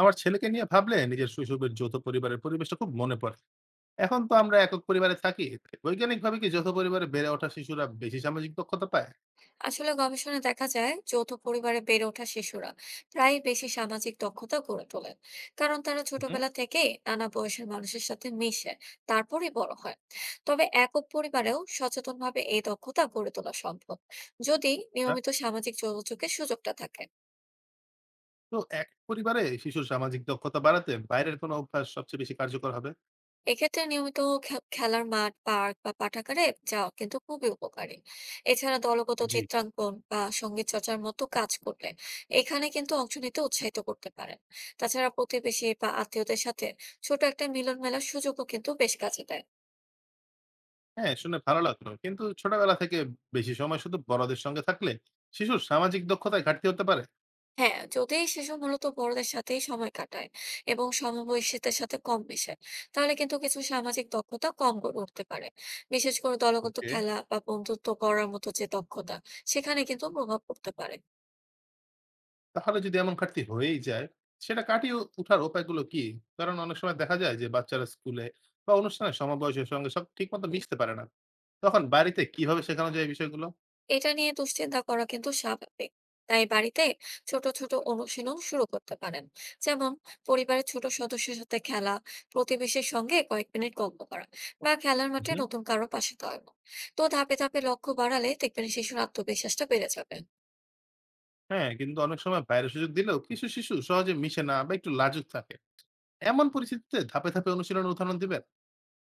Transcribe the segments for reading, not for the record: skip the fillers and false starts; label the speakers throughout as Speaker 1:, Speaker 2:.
Speaker 1: আমার ছেলেকে নিয়ে ভাবলে নিজের শৈশবের যৌথ পরিবারের পরিবেশটা খুব মনে পড়ে। এখন তো আমরা একক পরিবারে থাকি। বৈজ্ঞানিকভাবে কি যৌথ পরিবারে বেড়ে ওঠা শিশুরা বেশি সামাজিক দক্ষতা পায়?
Speaker 2: আসলে গবেষণায় দেখা যায় যৌথ পরিবারে বেড়ে ওঠা শিশুরা প্রায় বেশি সামাজিক দক্ষতা গড়ে তোলেন, কারণ তারা
Speaker 1: হুম।
Speaker 2: ছোটবেলা থেকে নানা বয়সের মানুষের সাথে মিশে তারপরে বড় হয়। তবে একক পরিবারেও সচেতনভাবে এই দক্ষতা গড়ে তোলা সম্ভব, যদি
Speaker 1: হ্যাঁ,
Speaker 2: নিয়মিত সামাজিক যোগাযোগের সুযোগটা থাকে।
Speaker 1: তো এক পরিবারে শিশুর সামাজিক দক্ষতা বাড়াতে বাইরের কোনো অভ্যাস সবচেয়ে বেশি কার্যকর হবে?
Speaker 2: এক্ষেত্রে নিয়মিত খেলার মাঠ, পার্ক বা পাঠাগারে যাওয়া কিন্তু খুবই উপকারী। এছাড়া দলগত
Speaker 1: জি।
Speaker 2: চিত্রাঙ্কন বা সঙ্গীত চর্চার মতো কাজ করলে এখানে কিন্তু অংশ নিতে উৎসাহিত করতে পারেন। তাছাড়া প্রতিবেশী বা আত্মীয়দের সাথে ছোট একটা মিলন মেলার সুযোগও কিন্তু বেশ কাজে দেয়।
Speaker 1: হ্যাঁ, শুনে ভালো লাগলো, কিন্তু ছোটবেলা থেকে বেশি সময় শুধু বড়দের সঙ্গে থাকলে শিশুর সামাজিক দক্ষতায় ঘাটতি হতে পারে?
Speaker 2: হ্যাঁ, যদি শিশু মূলত বড়দের সাথেই সময় কাটায় এবং সমবয়সীদের সাথে কম মেশে, তাহলে কিন্তু কিছু সামাজিক দক্ষতা কম গড়ে উঠতে পারে। বিশেষ করে দলগত
Speaker 1: ওকে,
Speaker 2: খেলা বা বন্ধুত্ব করার মতো যে দক্ষতা, সেখানে কিন্তু প্রভাব পড়তে পারে।
Speaker 1: তাহলে যদি এমন ঘাটতি হয়েই যায়, সেটা কাটিয়ে উঠার উপায়গুলো কি? কারণ অনেক সময় দেখা যায় যে বাচ্চারা স্কুলে বা অনুষ্ঠানে সমবয়সের সঙ্গে সব ঠিকমতো মিশতে পারে না। তখন বাড়িতে কিভাবে শেখানো যায় এই বিষয়গুলো?
Speaker 2: এটা নিয়ে দুশ্চিন্তা করা কিন্তু স্বাভাবিক। তাই বাড়িতে ছোট ছোট অনুশীলন শুরু করতে পারেন। যেমন, পরিবারের ছোট সদস্যের সাথে খেলা, প্রতিবেশীর সঙ্গে কয়েক মিনিট গল্প করা, বা খেলার মাঠে
Speaker 1: উহুম।
Speaker 2: নতুন কারো পাশে দাঁড়ানো। তো ধাপে ধাপে লক্ষ্য বাড়ালে দেখবেন শিশুর আত্মবিশ্বাসটা বেড়ে যাবে।
Speaker 1: হ্যাঁ, কিন্তু অনেক সময় বাইরের সুযোগ দিলেও কিছু শিশু সহজে মিশে না বা একটু লাজুক থাকে। এমন পরিস্থিতিতে ধাপে ধাপে অনুশীলনের উদাহরণ দিবেন?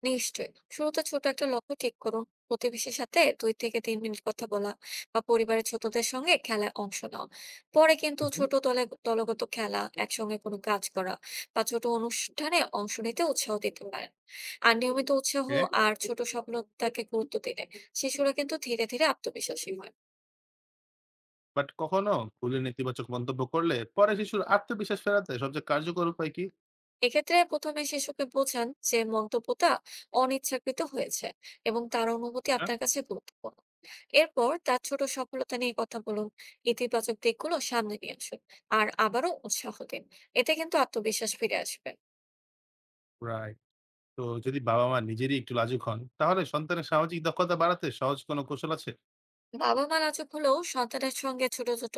Speaker 2: নিশ্চয়ই, শুরুতে ছোট একটা লক্ষ্য ঠিক করুন। প্রতিবেশীর সাথে দুই থেকে তিন মিনিট কথা বলা বা পরিবারের ছোটদের সঙ্গে খেলায় অংশ নেওয়া। পরে কিন্তু
Speaker 1: উহুম।
Speaker 2: ছোট দলে দলগত খেলা, একসঙ্গে কোনো কাজ করা বা ছোট অনুষ্ঠানে অংশ নিতে উৎসাহ দিতে পারেন। আর নিয়মিত উৎসাহ
Speaker 1: ওকে।
Speaker 2: আর ছোট সফলতাকে গুরুত্ব দিলে শিশুরা কিন্তু ধীরে ধীরে আত্মবিশ্বাসী হয়।
Speaker 1: বাট কখনো ভুলে নেতিবাচক মন্তব্য করলে পরে শিশুর আত্মবিশ্বাস ফেরাতে সবচেয়ে কার্যকর উপায় কি?
Speaker 2: এক্ষেত্রে প্রথমে শিশুকে বোঝান যে মন্তব্যটা অনিচ্ছাকৃত হয়েছে এবং তার অনুভূতি
Speaker 1: হ্যাঁ।
Speaker 2: আপনার কাছে গুরুত্বপূর্ণ। এরপর তার ছোট সফলতা নিয়ে কথা বলুন, ইতিবাচক দিকগুলো সামনে নিয়ে আসুন, আর আবারও উৎসাহ দিন। এতে কিন্তু আত্মবিশ্বাস ফিরে আসবে।
Speaker 1: রাইট। তো যদি বাবা-মা নিজেরই একটু লাজুক হন, তাহলে সন্তানের সামাজিক দক্ষতা বাড়াতে সহজ কোনো কৌশল আছে?
Speaker 2: বাবা মা নাজুক হলেও সন্তানের সঙ্গে ছোট ছোট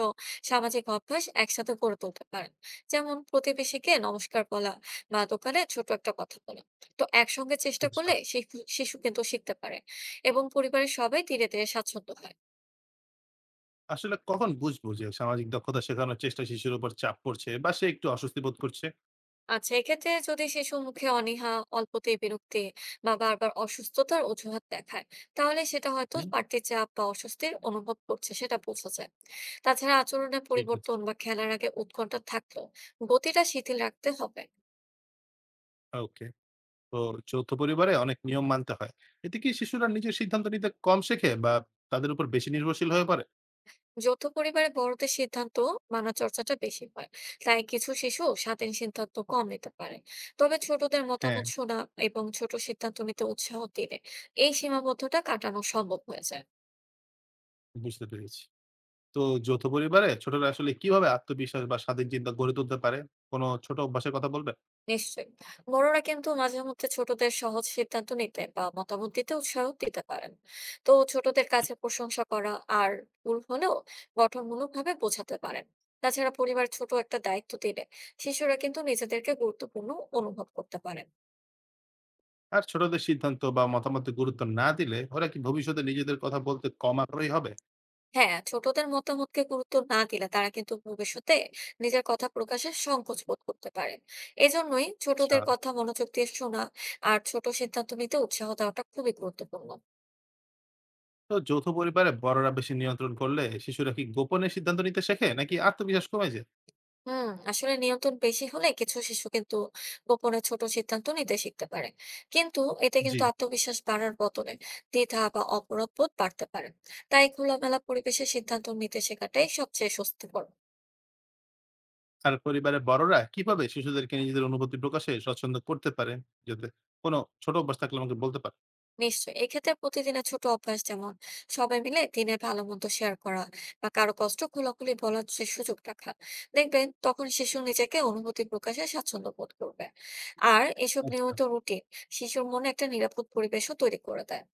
Speaker 2: সামাজিক অভ্যাস একসাথে গড়ে তুলতে পারেন। যেমন প্রতিবেশীকে নমস্কার বলা বা দোকানে ছোট একটা কথা বলা। তো একসঙ্গে চেষ্টা
Speaker 1: আচ্ছা।
Speaker 2: করলে শিশু শিশু কিন্তু শিখতে পারে এবং পরিবারের সবাই ধীরে ধীরে স্বাচ্ছন্দ্য হয়।
Speaker 1: আসলে কখন বুঝবো যে সামাজিক দক্ষতা শেখানোর চেষ্টা শিশুর উপর চাপ পড়ছে বা সে একটু অস্বস্তি বোধ করছে?
Speaker 2: আচ্ছা, এক্ষেত্রে যদি শিশুর মুখে অনীহা, অল্পতেই বিরক্তি বা বারবার অসুস্থতার অজুহাত দেখায়, তাহলে সেটা হয়তো
Speaker 1: হুম।
Speaker 2: বাড়তি চাপ বা অস্বস্তির অনুভব করছে সেটা বোঝা যায়। তাছাড়া আচরণের
Speaker 1: ঠিক আছে।
Speaker 2: পরিবর্তন বা খেলার আগে উৎকণ্ঠা থাকলেও গতিটা শিথিল রাখতে হবে।
Speaker 1: ওকে। তো যৌথ পরিবারে অনেক নিয়ম মানতে হয়। এতে কি শিশুরা নিজের সিদ্ধান্ত নিতে কম শেখে বা তাদের উপর বেশি নির্ভরশীল হয়ে পড়ে?
Speaker 2: যৌথ পরিবারে বড়দের সিদ্ধান্ত মানা চর্চাটা বেশি হয়, তাই কিছু শিশু স্বাধীন সিদ্ধান্ত কম নিতে পারে। তবে ছোটদের
Speaker 1: হ্যাঁ।
Speaker 2: মতামত শোনা এবং ছোট সিদ্ধান্ত নিতে উৎসাহ দিলে এই সীমাবদ্ধতা কাটানো সম্ভব হয়ে যায়।
Speaker 1: বুঝতে পেরেছি। তো যৌথ পরিবারে ছোটরা আসলে কিভাবে আত্মবিশ্বাস বা স্বাধীন চিন্তা গড়ে তুলতে পারে? কোনো ছোট অভ্যাসের কথা বলবেন?
Speaker 2: নিশ্চয়ই। বড়রা কিন্তু মাঝে মধ্যে ছোটদের সহজ সিদ্ধান্ত নিতে বা মতামত দিতে উৎসাহ দিতে পারেন। তো ছোটদের কাছে প্রশংসা করা, আর ভুল হলেও গঠনমূলকভাবে বোঝাতে পারেন। তাছাড়া পরিবার ছোট একটা দায়িত্ব দিলে শিশুরা কিন্তু নিজেদেরকে গুরুত্বপূর্ণ অনুভব করতে পারেন।
Speaker 1: আর ছোটদের সিদ্ধান্ত বা মতামতে গুরুত্ব না দিলে ওরা কি ভবিষ্যতে নিজেদের কথা বলতে কম আগ্রহী হবে?
Speaker 2: হ্যাঁ, ছোটদের মতামতকে গুরুত্ব না দিলে তারা কিন্তু ভবিষ্যতে নিজের কথা প্রকাশে সংকোচ বোধ করতে পারে। এজন্যই
Speaker 1: আচ্ছা।
Speaker 2: ছোটদের কথা মনোযোগ দিয়ে শোনা আর ছোট সিদ্ধান্ত নিতে উৎসাহ দেওয়াটা খুবই গুরুত্বপূর্ণ।
Speaker 1: তো যৌথ পরিবারে বড়রা বেশি নিয়ন্ত্রণ করলে শিশুরা কি গোপনে সিদ্ধান্ত নিতে শেখে নাকি আত্মবিশ্বাস কমে যায়?
Speaker 2: হুম, আসলে নিয়ন্ত্রণ বেশি হলে কিছু শিশু কিন্তু গোপনে ছোট সিদ্ধান্ত নিতে শিখতে পারে। কিন্তু এতে
Speaker 1: জি।
Speaker 2: কিন্তু আত্মবিশ্বাস বাড়ার বদলে দ্বিধা বা অপরাধ বোধ বাড়তে পারে। তাই খোলামেলা পরিবেশে সিদ্ধান্ত নিতে শেখাটাই সবচেয়ে স্বস্তিকর।
Speaker 1: আর পরিবারের বড়রা কিভাবে শিশুদেরকে নিজেদের অনুভূতি প্রকাশে স্বচ্ছন্দ করতে পারে, যাতে কোনো ছোট অভ্যাস থাকলে আমাকে বলতে পারে?
Speaker 2: নিশ্চয়ই, এক্ষেত্রে প্রতিদিনের ছোট অভ্যাস, যেমন সবাই মিলে দিনের ভালো মন্দ শেয়ার করা বা কারো কষ্ট খোলাখুলি বলার যে সুযোগ রাখা, দেখবেন তখন শিশু নিজেকে অনুভূতি প্রকাশে স্বাচ্ছন্দ্য বোধ করবে। আর এসব
Speaker 1: আচ্ছা।
Speaker 2: নিয়মিত রুটিন শিশুর মনে একটা নিরাপদ পরিবেশও তৈরি করে দেয়।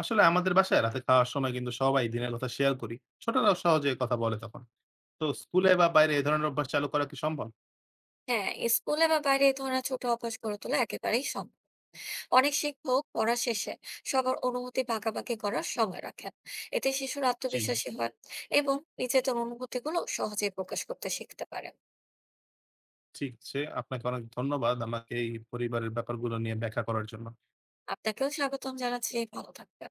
Speaker 1: আসলে আমাদের বাসায় রাতে খাওয়ার সময় কিন্তু সবাই দিনের কথা শেয়ার করি, ছোটরাও সহজে কথা বলে তখন। তো স্কুলে বা বাইরে এ ধরনের অভ্যাস চালু করা কি সম্ভব?
Speaker 2: হ্যাঁ, স্কুলে বা বাইরে এই ধরনের ছোট অভ্যাস গড়ে তোলা একেবারেই সম্ভব। অনেক শিক্ষক পড়া শেষে সবার অনুভূতি ভাগাভাগি করার সময় রাখেন। এতে শিশুর
Speaker 1: জি।
Speaker 2: আত্মবিশ্বাসী হয় এবং নিজেদের অনুভূতিগুলো সহজেই প্রকাশ করতে শিখতে পারে।
Speaker 1: ঠিক আছে। আপনাকে অনেক ধন্যবাদ আমাকে এই পরিবারের ব্যাপারগুলো নিয়ে ব্যাখ্যা করার জন্য।
Speaker 2: আপনাকেও স্বাগতম জানাচ্ছি, ভালো থাকবেন।